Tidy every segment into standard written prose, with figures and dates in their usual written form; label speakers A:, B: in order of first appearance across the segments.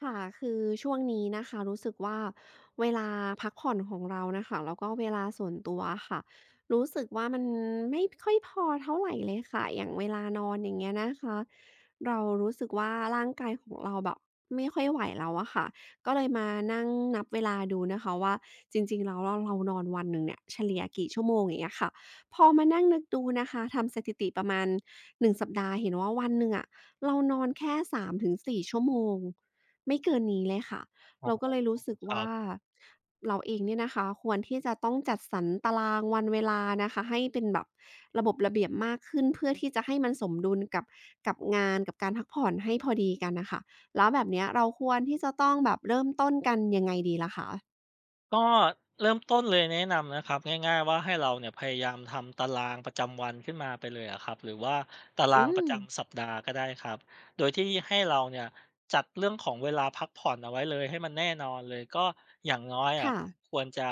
A: ค่ะ คือช่วงนี้นะคะรู้สึกว่าเวลาพักผ่อนของเรานะคะแล้วก็เวลาส่วนตัวค่ะรู้สึกว่ามันไม่ค่อยพอเท่าไหร่เลยค่ะอย่างเวลานอนอย่างเงี้ยนะคะเรารู้สึกว่าร่างกายของเราแบบไม่ค่อยไหวแล้วอะค่ะก็เลยมานั่งนับเวลาดูนะคะว่าจริงๆแล้วเรานอนวันหนึ่งเนี่ยเฉลี่ยกี่ชั่วโมงอย่างเงี้ยค่ะพอมานั่งนึกดูนะคะทำสถิติประมาณหนึ่งสัปดาห์เห็นว่าวันหนึ่งอะเรานอนแค่สามถึงสี่ชั่วโมง ไม่เกินนี้เลยค่ะ
B: อ๋อ
A: เราก็เลยรู้สึก
B: ครั
A: ว่า
B: บ
A: เราเองเนี่ยนะคะควรที่จะต้องจัดสรรตารางวันเวลานะคะให้เป็นแบบระบบระเบียบมากขึ้นเพื่อที่จะให้มันสมดุลกับกับงานกับการพักผ่อนให้พอดีกันน่ะค่ะแล้วแบบเนี้ยเราควรที่จะต้องแบบเริ่มต้นกันยังไงดีล่ะคะ
B: ก็เริ่มต้นเลยแนะนำนะครับง่ายๆว่าให้เราเนี่ยพยายามทำตารางประจำวันขึ้นมาไปเลยอะครับหรือว่าตารา
A: อื
B: งประ
A: ม
B: จำสัปดาห์ก็ได้ครับโดยที่ให้เราเนี่ยจัดเรื่องของเวลาพักผ่อนเอาไว้เลยให้มันแน่นอนเลยก็อย่างน้อยอะ
A: ค่ะ
B: ครับควรจะ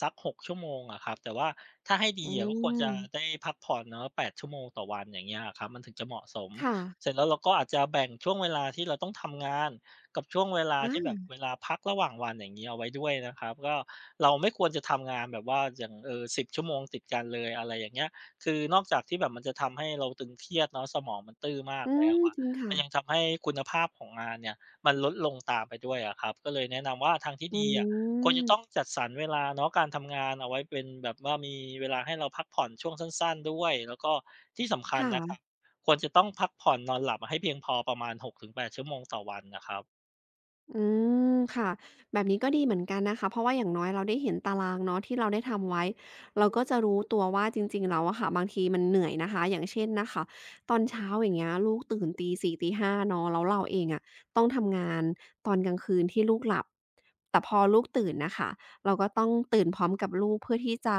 B: สักหกชั่วโมงอะครับแต่ว่าถ้าให้ดี
A: อื
B: อะก็ควรจะ
A: ม
B: ได้พักผ่อนเนาะแปดชั่วโมงต่อวันอย่างเงี้ยอะครับมันถึงจะเหมาะสม
A: ค่ะ
B: เสร็จแล้วเราก็อาจจะแบ่งช่วงเวลาที่เราต้องทำงาน กับช่วงเวลาที่แบบ
A: อา
B: เวลาพักระหว่างวันอย่างนี้เอาไว้ด้วยนะครับก็เราไม่ควรจะทำงานแบบว่าอย่างเออส10ชั่วโมงติดกันเลยอะไรอย่างเงี้ยคือนอกจากที่แบบมันจะทำให้เราตึงเครียดเนาะสมองมันตื้อมาก
A: อื
B: แล้ว
A: ม
B: อะ
A: จริง
B: มั
A: ค่ะ
B: นยังทำให้คุณภาพของงานเนี่ยมันลดลงตามไปด้วยอะครับก็เลยแนะนำว่าทางที่
A: อื
B: ดีอะควรจะต้อง
A: ม
B: จัดสรรเวลาเนาะการทำงานเอาไว้เป็นแบบว่ามีเวลาให้เราพักผ่อนช่วงสั้นๆด้วยแล้วก็ที่สำคัญนะครับ
A: ค่ะ
B: ควรจะต้องพักผ่อนนอนหลับให้เพียงพอประมาณหกถึงแปดชั่วโมงต่อวันนะครับ
A: อืมค่ะแบบนี้ก็ดีเหมือนกันนะคะเพราะว่าอย่างน้อยเราได้เห็นตารางเนาะที่เราได้ทำไว้เราก็จะรู้ตัวว่าจริงๆแล้วอะค่ะบางทีมันเหนื่อยนะคะอย่างเช่นนะคะตอนเช้าอย่างเงี้ยลูกตื่นตีสี่ตี5เนาะแล้วเราเองอะต้องทำงานตอนกลางคืนที่ลูกหลับแต่พอลูกตื่นน่ะค่ะเราก็ต้องตื่นพร้อมกับลูกเพื่อที่จะ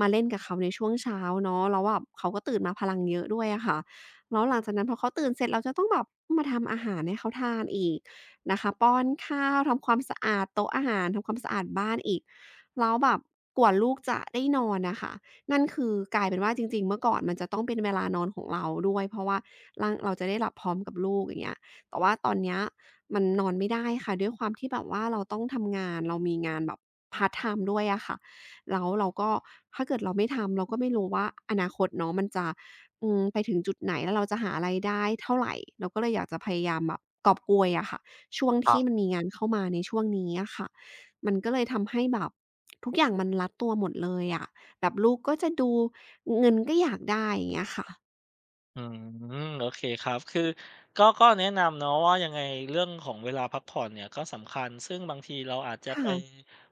A: มาเล่นกับเขาในช่วงเช้าเนาะแล้วแบบเขาก็ตื่นมาพลังเยอะด้วยอะค่ะแล้วหลังจากนั้นพอเขาตื่นเสร็จเราจะต้องแบบมาทำอาหารให้เขาทานอีก นะคะป้อนข้าวทำความสะอาดโต๊ะอาหารทำความสะอาดบ้านอีกแล้วแบบกว่าลูกจะได้นอนน่ะค่ะนั่นคือกลายเป็นว่าจริงๆเมื่อก่อนมันจะต้องเป็นเวลานอนของเราด้วยเพราะว่าร่างเราจะได้หลับพร้อมกับลูกอย่างเงี้ยแต่ว่าตอนเนี้ยมันนอนไม่ได้ค่ะด้วยความที่แบบว่าเราต้องทำงานเรามีงานแบบพาร์ตไทม์ด้วยอะค่ะแล้วเราก็ถ้าเกิดเราไม่ทำเราก็ไม่รู้ว่าอนาคตเนาะมันจะไปถึงจุดไหนแล้วเราจะหารายได้เท่าไรเราก็เลยอยากจะพยายามแบบกอบโกยอะค่ะ ช่วง
B: อ๋อ
A: ที่มันมีงานเข้ามาในช่วงนี้อะค่ะ มันก็เลยทำให้แบบทุกอย่างมันรัดตัวหมดเลยอะแบบลูกก็จะดูเงินก็อยากได้อย่างเงี้ยค่ะ
B: อืมโอเคครับคือก็แนะนำเนาะว่ายังไงเรื่องของเวลาพักผ่อนเนี่ยก็สำคัญซึ่งบางทีเราอาจจะ
A: ค่ะ
B: ไป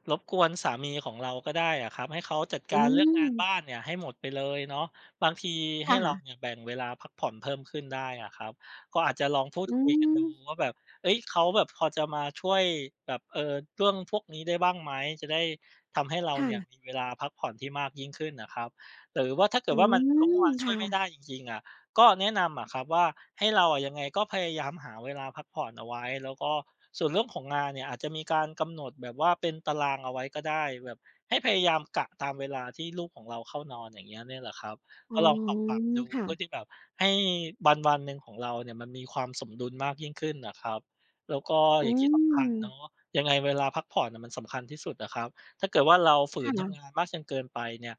B: รบกวนสามีของเราก็ได้อะครับให้เขาจัดกา
A: อื
B: รเรื่องงานบ้าน
A: ม
B: เนี่ยให้หมดไปเลยเนาะบางทีให้เรา
A: ค่ะ
B: เนี่ยแบ่งเวลาพักผ่อนเพิ่มขึ้นได้อะครับก็อาจจะลองพูด
A: อื
B: คุยกันดู
A: ม
B: ว่าแบบเอ้ยเขาแบบพอจะมาช่วยแบบเรื่องพวกนี้ได้บ้างไหมจะได้ทำให้เราเนี่ยมี
A: ค่ะ
B: เวลาพักผ่อนที่มากยิ่งขึ้นนะครับหรือว่าถ้าเกิ
A: อื
B: ดว่ามันเขา
A: ม
B: มาช่วย
A: ค่ะ
B: ไม่ได้จริงๆอะ ก็แนะนำอะครับว่าให้เราอะยังไงก็พยายามหาเวลาพักผ่อนเอาไว้แล้วก็ส่วนเรื่องของงานเนี่ยอาจจะมีการกำหนดแบบว่าเป็นตารางเอาไว้ก็ได้แบบให้พยายามกะตามเวลาที่ลูกของเราเข้านอนอย่างเงี้ยเนี่ยแหละครับ
A: อ๋
B: ก็
A: อ
B: ลองปรับดู
A: ค่ะ
B: เพื่อที่แบบให้วันหนึ่งของเราเนี่ยมันมีความสมดุลมากยิ่งขึ้นน่ะครับแล้วก็
A: อื
B: อย่างที่สำคัญเนาะ
A: ม
B: ยังไงเวลาพักผ่อนน่ะมันสำคัญที่สุดอะครับถ้าเกิดว่าเราฝืนทำงา
A: ค่ะ
B: นมากจนเกินไปเนี่ย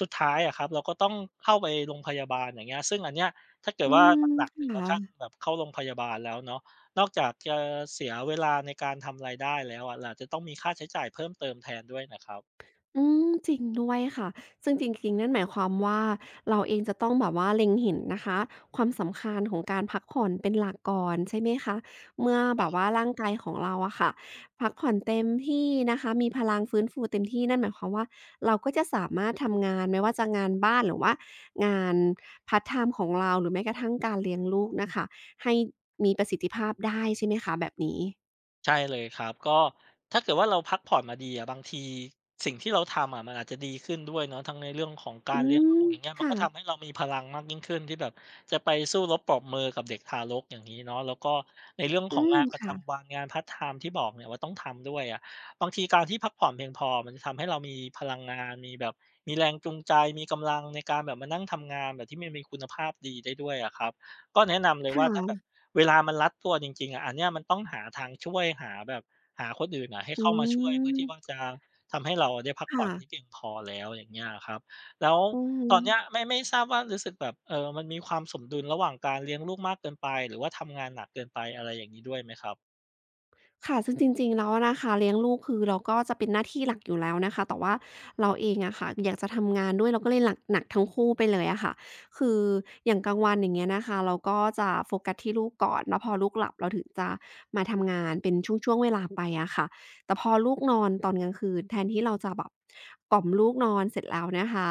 B: สุดท้ายอะครับเราก็ต้องเข้าไปโรงพยาบาลอย่างเงี้ยซึ่งอันเนี้ย ถ้าเกิด
A: อื
B: ว่า
A: ม
B: หนักๆถึงกับ
A: ค่ะ
B: ขั้นแบบเข้าโรงพยาบาลแล้วเนาะนอกจากจะเสียเวลาในการทำรายได้แล้วอะเราอาจจะต้องมีค่าใช้จ่ายเพิ่มเติมแทนด้วยนะครับ
A: อืมจริงด้วยค่ะซึ่งจริงๆนั่นหมายความว่าเราเองจะต้องแบบว่าเล็งเห็นนะคะความสำคัญของการพักผ่อนเป็นหลักก่อนใช่ไหมคะเมื่อแบบว่าร่างกายของเราอะค่ะพักผ่อนเต็มที่นะคะมีพลังฟื้นฟูเต็มที่นั่นหมายความว่าเราก็จะสามารถทำงานไม่ว่าจะงานบ้านหรือว่างานพาร์ตไทม์ของเราหรือแม้กระทั่งการเลี้ยงลูกน่ะค่ะให้มีประสิทธิภาพได้ใช่ไหมคะแบบนี้
B: ใช่เลยครับก็ถ้าเกิดว่าเราพักผ่อนมาดีอะบางทีสิ่งที่เราทำอะมันอาจจะดีขึ้นด้วยเนาะทั้งในเรื่องของกา
A: อื
B: รเลี้ยงลู
A: ม
B: กอย่างเงี้ยมัน
A: ค่ะ
B: ก็ทำให้เรามีพลังมากยิ่งขึ้นที่แบบจะไปสู้รบปรบมือกับเด็กทารกอย่างนี้เนาะแล้วก็ในเรื่องข
A: อื
B: อง
A: ม
B: งานประ
A: ค่ะ
B: จำวันงานพาร์ทไทม์ที่บอกเนี่ยว่าต้องทำด้วยอะบางทีการที่พักผ่อนเพียงพอมันจะทำให้เรามีพลังงานมีแบบมีแรงจูงใจมีกำลังในการแบบมานั่งทำงานแบบที่มันมีคุณภาพดีได้ด้วยอะครับก็แนะนำเล
A: ค
B: ยว่าถ้าแบบ
A: ่ะ
B: เวลามันรัดตัวจริงๆอะอันเนี้ยมันต้องหาทางช่วยหาแบบหาคนอื่นอะให้
A: อื
B: เข้ามาช่วยเพื่อที่ว่า
A: ม
B: จะทำให้เราได้พักผ่
A: ค่ะ
B: อนที่เพียงพอแล้วอย่างเงี้ยอะครับแล้ว
A: อืม
B: ตอนเนี้ยไม่ทราบว่ารู้สึกแบบมันมีความสมดุลระหว่างการเลี้ยงลูกมากเกินไปหรือว่าทำงานหนักเกินไปอะไรอย่างงี้ด้วยไหมครับ
A: ค่ะ ซึ่งจริงๆ แล้วอะนะคะเลี้ยงลูกคือเราก็จะเป็นหน้าที่หลักอยู่แล้วนะคะแต่ว่าเราเองอะค่ะอยากจะทำงานด้วยเราก็เลยหลักหนักทั้งคู่ไปเลยอะค่ะคืออย่างกลางวันอย่างเงี้ยนะคะเราก็จะโฟกัสที่ลูกก่อน แล้วพอลูกหลับเราถึงจะมาทำงานเป็นช่วงๆเวลาไปอะค่ะแต่พอลูกนอนตอนกลางคืนแทนที่เราจะแบบกล่อมลูกนอนเสร็จแล้วนะคะ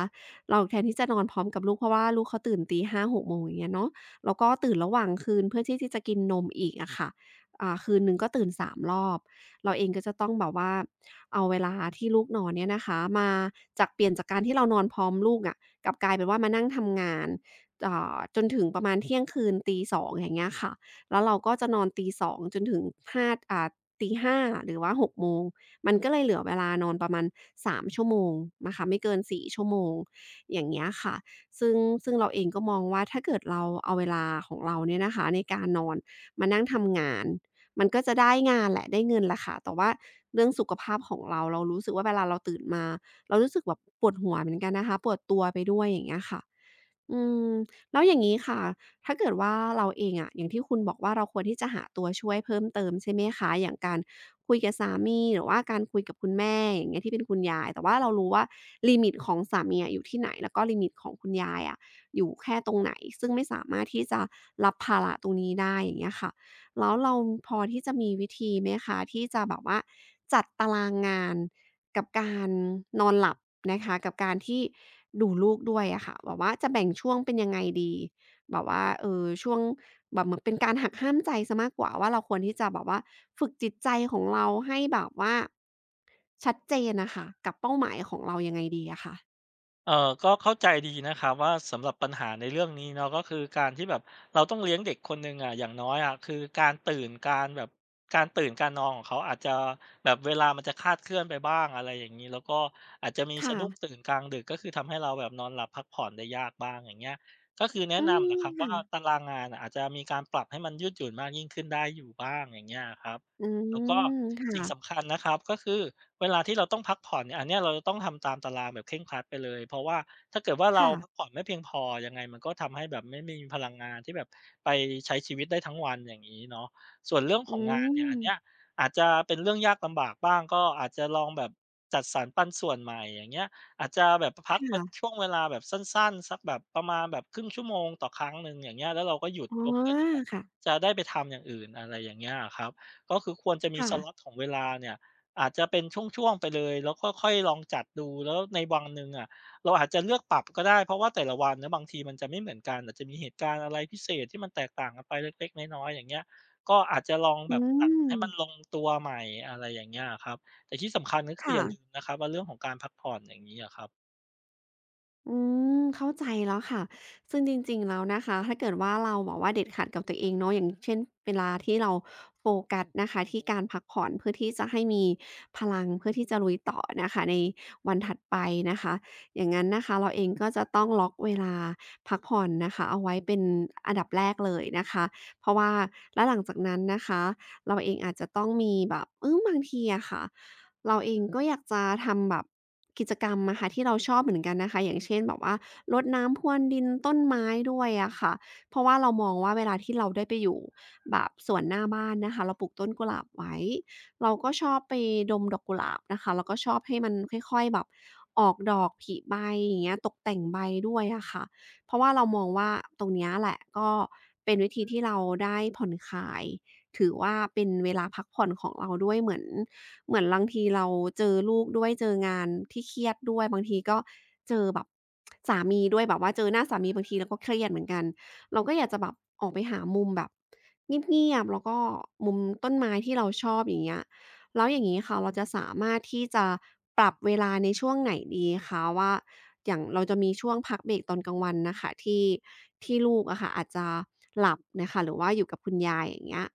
A: เราแทนที่จะนอนพร้อมกับลูกเพราะว่าลูกเขาตื่นตี5กโมงอย่างเงี้ยเนาะแล้วก็ตื่นระหว่างคืนเพื่อที่จะกินนมอีกอะค่ะ อ่าคืนหนึ่งก็ตื่นสามรอบเราเองก็จะต้องแบบว่าเอาเวลาที่ลูกนอนเนี่ยนะคะมาจากเปลี่ยนจากการที่เรานอนพร้อมลูกอะกลับกลายเป็นว่ามานั่งทำงานอ่าจนถึงประมาณเที่ยงคืนตีสองอย่างเงี้ยค่ะแล้วเราก็จะนอนตีสองจนถึง5อ่าตี5้าหรือว่า6โมงมันก็เลยเหลือเวลานอนประมาณ3ชั่วโมงนะคะไม่เกิน4ชั่วโมงอย่างเงี้ยค่ะซึ่งซึ่งเราเองก็มองว่าถ้าเกิดเราเอาเวลาของเราเนี่ยนะคะในการนอนมานั่งทำงาน มันก็จะได้งานแหละได้เงินแหละค่ะ แต่ว่าเรื่องสุขภาพของเราเรารู้สึกว่าเวลาเราตื่นมาเรารู้สึกแบบปวดหัวเหมือนกันนะคะปวดตัวไปด้วยอย่างเงี้ยค่ะ อืมแล้วอย่างนี้ค่ะถ้าเกิดว่าเราเองอะอย่างที่คุณบอกว่าเราควรที่จะหาตัวช่วยเพิ่มเติมใช่ไหมคะ อย่างการคุยกับสามีหรือว่าการคุยกับคุณแม่ อย่างเงี้ยที่เป็นคุณยาย แต่ว่าเรารู้ว่าลิมิตของสามีอะอยู่ที่ไหน แล้วก็ลิมิตของคุณยายอะอยู่แค่ตรงไหน ซึ่งไม่สามารถที่จะรับภาระตรงนี้ได้อย่างเงี้ยค่ะแล้วเราพอที่จะมีวิธีไหมคะที่จะแบบว่าจัดตารางงาน กับการนอนหลับนะคะกับการที่ดูลูกด้วยอะค่ะแบบว่าจะแบ่งช่วงเป็นยังไงดีแบบว่าช่วงแบบเหมือนเป็นการหักห้ามใจเสียมากกว่าว่าเราควรที่จะแบบว่าฝึกจิตใจของเราให้แบบว่าชัดเจนน่ะค่ะกับเป้าหมายของเรายังไงดีอะคะ
B: เอ่อก็เข้าใจดีนะครับว่าสำหรับปัญหาในเรื่องนี้เนาะก็คือการที่แบบเราต้องเลี้ยงเด็กคนหนึ่งอะอย่างน้อยอะคือการตื่นการนอนของเขาอาจจะแบบเวลามันจะคลาดเคลื่อนไปบ้างอะไรอย่างงี้แล้วก็อาจจะมีสะ
A: ค่ะ
B: ดุ้งตื่นกลางดึกก็คือทำให้เราแบบนอนหลับพักผ่อนได้ยากบ้างอย่างเงี้ยก็คือแนะ
A: อืม
B: นำนะครับ
A: ค่ะ
B: ว่าตารางงานน่ะอาจจะมีการปรับให้มันยืดหยุ่นมากยิ่งขึ้นได้อยู่บ้างอย่างเงี้ยอะครับ
A: อื
B: แล้วก็
A: มค
B: สิ่งสำ
A: ่ะ
B: คัญนะครับก็คือเวลาที่เราต้องพักผ่อนเนี่ยอันเนี้ยเราจะต้องทำตามตารางแบบเคร่งครัดไปเลยเพราะว่าถ้าเกิดว่าเรา
A: ค่ะ
B: พักผ่อนไม่เพียงพอยังไงมันก็ทำให้แบบไม่มีพลังงานที่แบบไปใช้ชีวิตได้ทั้งวันอย่างงี้เนาะส่วนเรื่องข
A: อื
B: องงานเนี่ยอันเนี้ย
A: ม
B: อาจจะเป็นเรื่องยากลำบากบ้างก็อาจจะลองแบบจัดสรรปันส่วนใหม่อย่างเงี้ยอาจจะแบบ
A: ค
B: พักเป็น
A: ่ะ
B: ช่วงเวลาแบบสั้นๆสักแบบประมาณแบบครึ่งชั่วโมงต่อครั้งหนึ่งอย่างเงี้ยแล้วเราก็หยุด
A: อ๋อ
B: ก็เพื่อที่แบบ
A: ค่ะ
B: จะได้ไปทำอย่างอื่นอะไรอย่างเงี้ยอะครับ ก็คือควรจะมี
A: ค่ะ
B: สล็อตของเวลาเนี่ยอาจจะเป็นช่วงๆไปเลยแล้วค่อยๆลองจัดดูแล้วในวันหนึ่งอะเราอาจจะเลือกปรับก็ได้เพราะว่าแต่ละวันนะบางทีมันจะไม่เหมือนกันอาจจะมีเหตุการณ์อะไรพิเศษที่มันแตกต่างกันไปเล็กๆน้อยๆอย่างเงี้ยก็อาจจะลอง
A: อื
B: แบบ
A: ม
B: ตัดให้มันลงตัวใหม่อะไรอย่างเงี้ยอะครับแต่ที่สำคัญก็คืออ
A: ค่ะ
B: ย่าลืมนะครับว่าเรื่องของการพักผ่อนอย่างงี้อะครับ
A: อืมเข้าใจแล้วค่ะซึ่งจริงๆแล้วนะคะถ้าเกิดว่าเราบอกว่าเด็ดขาดกับตัวเองเนาะอย่างเช่นเวลาที่เราโฟกัสนะคะที่การพักผ่อนเพื่อที่จะให้มีพลังเพื่อที่จะลุยต่อนะคะในวันถัดไปนะคะอย่างงั้นนะคะเราเองก็จะต้องล็อกเวลาพักผ่อนนะคะเอาไว้เป็นอันดับแรกเลยนะคะเพราะว่าแล้วหลังจากนั้นนะคะเราเองอาจจะต้องมีแบบบางทีอะค่ะ เราเองก็อยากจะทำแบบกิจกรรมอะคะที่เราชอบเหมือนกันนะคะอย่างเช่นแบบว่ารดน้ำพรวนดินต้นไม้ด้วยอะค่ะเพราะว่าเรามองว่าเวลาที่เราได้ไปอยู่แบบสวนหน้าบ้านนะคะเราปลูกต้นกุหลาบไว้เราก็ชอบไปดมดอกกุหลาบนะคะแล้วก็ชอบให้มันค่อยๆแบบออกดอกผลิใบอย่างเงี้ยตกแต่งใบด้วยอะค่ะเพราะว่าเรามองว่าตรงเนี้ยแหละก็เป็นวิธีที่เราได้ผ่อนคลาย ถือว่าเป็นเวลาพักผ่อนของเราด้วยเหมือนบางทีเราเจอลูกด้วยเจองานที่เครียดด้วยบางทีก็เจอแบบสามีด้วยแบบว่าเจอหน้าสามีบางทีเราก็เครียดเหมือนกันเราก็อยากจะแบบออกไปหามุมแบบเงียบๆแล้วก็มุมต้นไม้ที่เราชอบอย่างเงี้ยแล้วอย่างงี้ค่ะเราจะสามารถที่จะปรับเวลาในช่วงไหนดีคะว่า อย่างเราจะมีช่วงพักเบรกตอนกลางวันน่ะค่ะที่ลูกอะค่ะอาจจะหลับน่ะค่ะหรือว่าอยู่กับคุณยายอย่างเงี้ย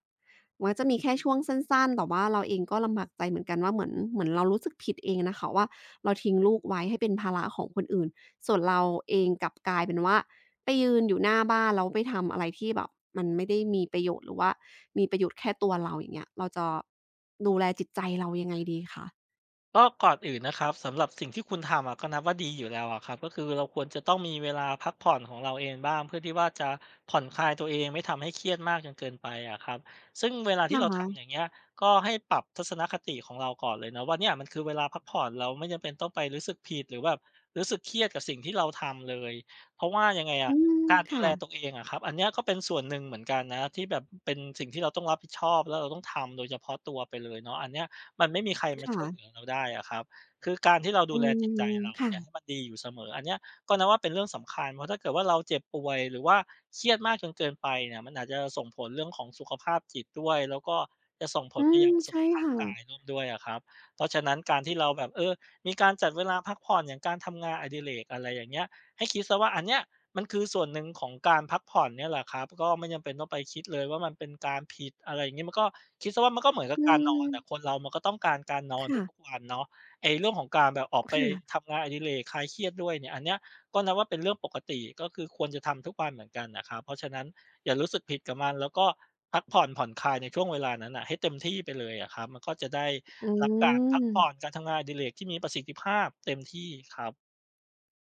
A: มันก็จะมีแค่ช่วงสั้นๆ แต่ว่าเราเองก็ลำบากใจเหมือนกันว่าเหมือนเรารู้สึกผิดเองน่ะค่ะว่าเราทิ้งลูกไว้ให้เป็นภาระของคนอื่นส่วนเราเองกลับกลายเป็นว่าไปยืนอยู่หน้าบ้านแล้วไปทำอะไรที่แบบมันไม่ได้มีประโยชน์หรือว่ามีประโยชน์แค่ตัวเราอย่างเงี้ยเราจะดูแลจิตใจเรายังไงดีคะ
B: ก็ก่อนอื่นนะครับสำหรับสิ่งที่คุณทำอะก็นับว่าดีอยู่แล้วอะครับก็คือเราควรจะต้องมีเวลาพักผ่อนของเราเองบ้างเพื่อที่ว่าจะผ่อนคลายตัวเองไม่ทำให้เครียดมากจนเกินไปอะครับซึ่งเวลาที่
A: ค่
B: เราทำอย่าง
A: ะ
B: เงี้ยก็ให้ปรับทัศนคติของเราก่อนเลยนะว่าเนี่ยมันคือเวลาพักผ่อนเราไม่จำเป็นต้องไปรู้สึกผิดหรือแบบรู้สึกเครียดกับสิ่งที่เราทำเลยเพราะว่ายังไงอะ
A: อืม
B: การดู
A: ค่ะ
B: แลตัวเองอะครับอันเนี้ยก็เป็นส่วนหนึ่งเหมือนกันนะที่แบบเป็นสิ่งที่เราต้องรับผิดชอบแล้วเราต้องทำโดยเฉพาะตัวไปเลยเนาะอันเนี้ย มันไม่มีใครมาช่วยเหลือ
A: ค่ะ
B: เราได้อะครับคือการที่เรา
A: อื
B: ดูแลจิต
A: ม
B: ใจเราเนี่ย
A: ค่ะ
B: ให้มันดีอยู่เสมออันเนี้ยก็นับว่าเป็นเรื่องสำคัญ เพราะถ้าเกิดว่าเราเจ็บป่วยหรือว่าเครียดมากจนเกินไปเนี่ยมันอาจจะส่งผลเรื่องของสุขภาพจิตด้วยแล้วก็จะส่งผ
A: อื
B: ลไป
A: ม
B: ยังสุข
A: ใช่
B: ภาพ
A: ค่ะ
B: กายร่วมด้วยอะครับเพราะฉะนั้นการที่เราแบบมีการจัดเวลาพักผ่อนอย่างการทำงานอดิเรกอะไรอย่างเงี้ยให้คิดเสียว่าอันเนี้ย มันคือส่วนหนึ่งของการพักผ่อนเนี่ยแหละครับก็ไม่จำเป็นต้องไปคิดเลยว่ามันเป็นการผิดอะไรอย่างงี้มันก็คิดเสียว่ามันก็เหมือนกับ
A: อื
B: การนอนอะค
A: ม
B: นเรามันก็ต้องการการนอน
A: ค่ะ
B: ทุกๆวันเนาะไอ้เรื่องของการแบบออกไป
A: ค่ะ
B: ทำงานอดิเรกคลายเครียดด้วยเนี่ยอันเนี้ยก็นับว่าเป็นเรื่องปกติก็คือควรจะทำทุกวันเหมือนกันน่ะครับเพราะฉะนั้นอย่ารู้สึกผิดกับมันแล้วก็พักผ่อนผ่อนคลายในช่วงเวลานั้นน่ะให้เต็มที่ไปเลยอะครับมันก็จะได้
A: อื
B: รับการพักผ่อน
A: ม
B: การทำงานอดิเรกที่มีประสิทธิภาพเต็มที่ครับ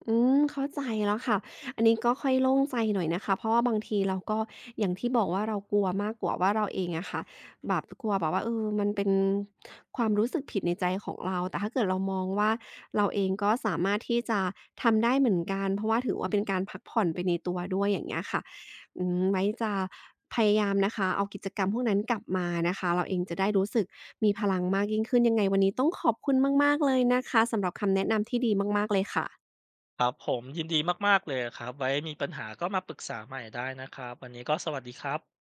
A: อืมเข้าใจแล้วค่ะ อันนี้ก็ค่อยโล่งใจหน่อยนะคะ เพราะว่าบางทีเราก็อย่างที่บอกว่าเรากลัวมากกว่าว่าเราเองอะค่ะแบบกลัวแบบว่ามันเป็นความรู้สึกผิดในใจของเราแต่ถ้าเกิดเรามองว่าเราเองก็สามารถที่จะทำได้เหมือนกันเพราะว่าถือว่าเป็นการพักผ่อนไปในตัวด้วยอย่างเงี้ยค่ะอืมไว้จะพยายามนะคะเอากิจกรรมพวกนั้นกลับมานะคะเราเองจะได้รู้สึกมีพลังมากยิ่งขึ้นยังไงวันนี้ต้องขอบคุณมากๆเลยนะคะสำหรับคำแนะนำที่ดีมากๆเลยค่ะ
B: ครับผมยินดีมากๆเลยครับไว้มีปัญหาก็มาปรึกษาใหม่ได้นะครับวันนี้ก็สวัสดีครับ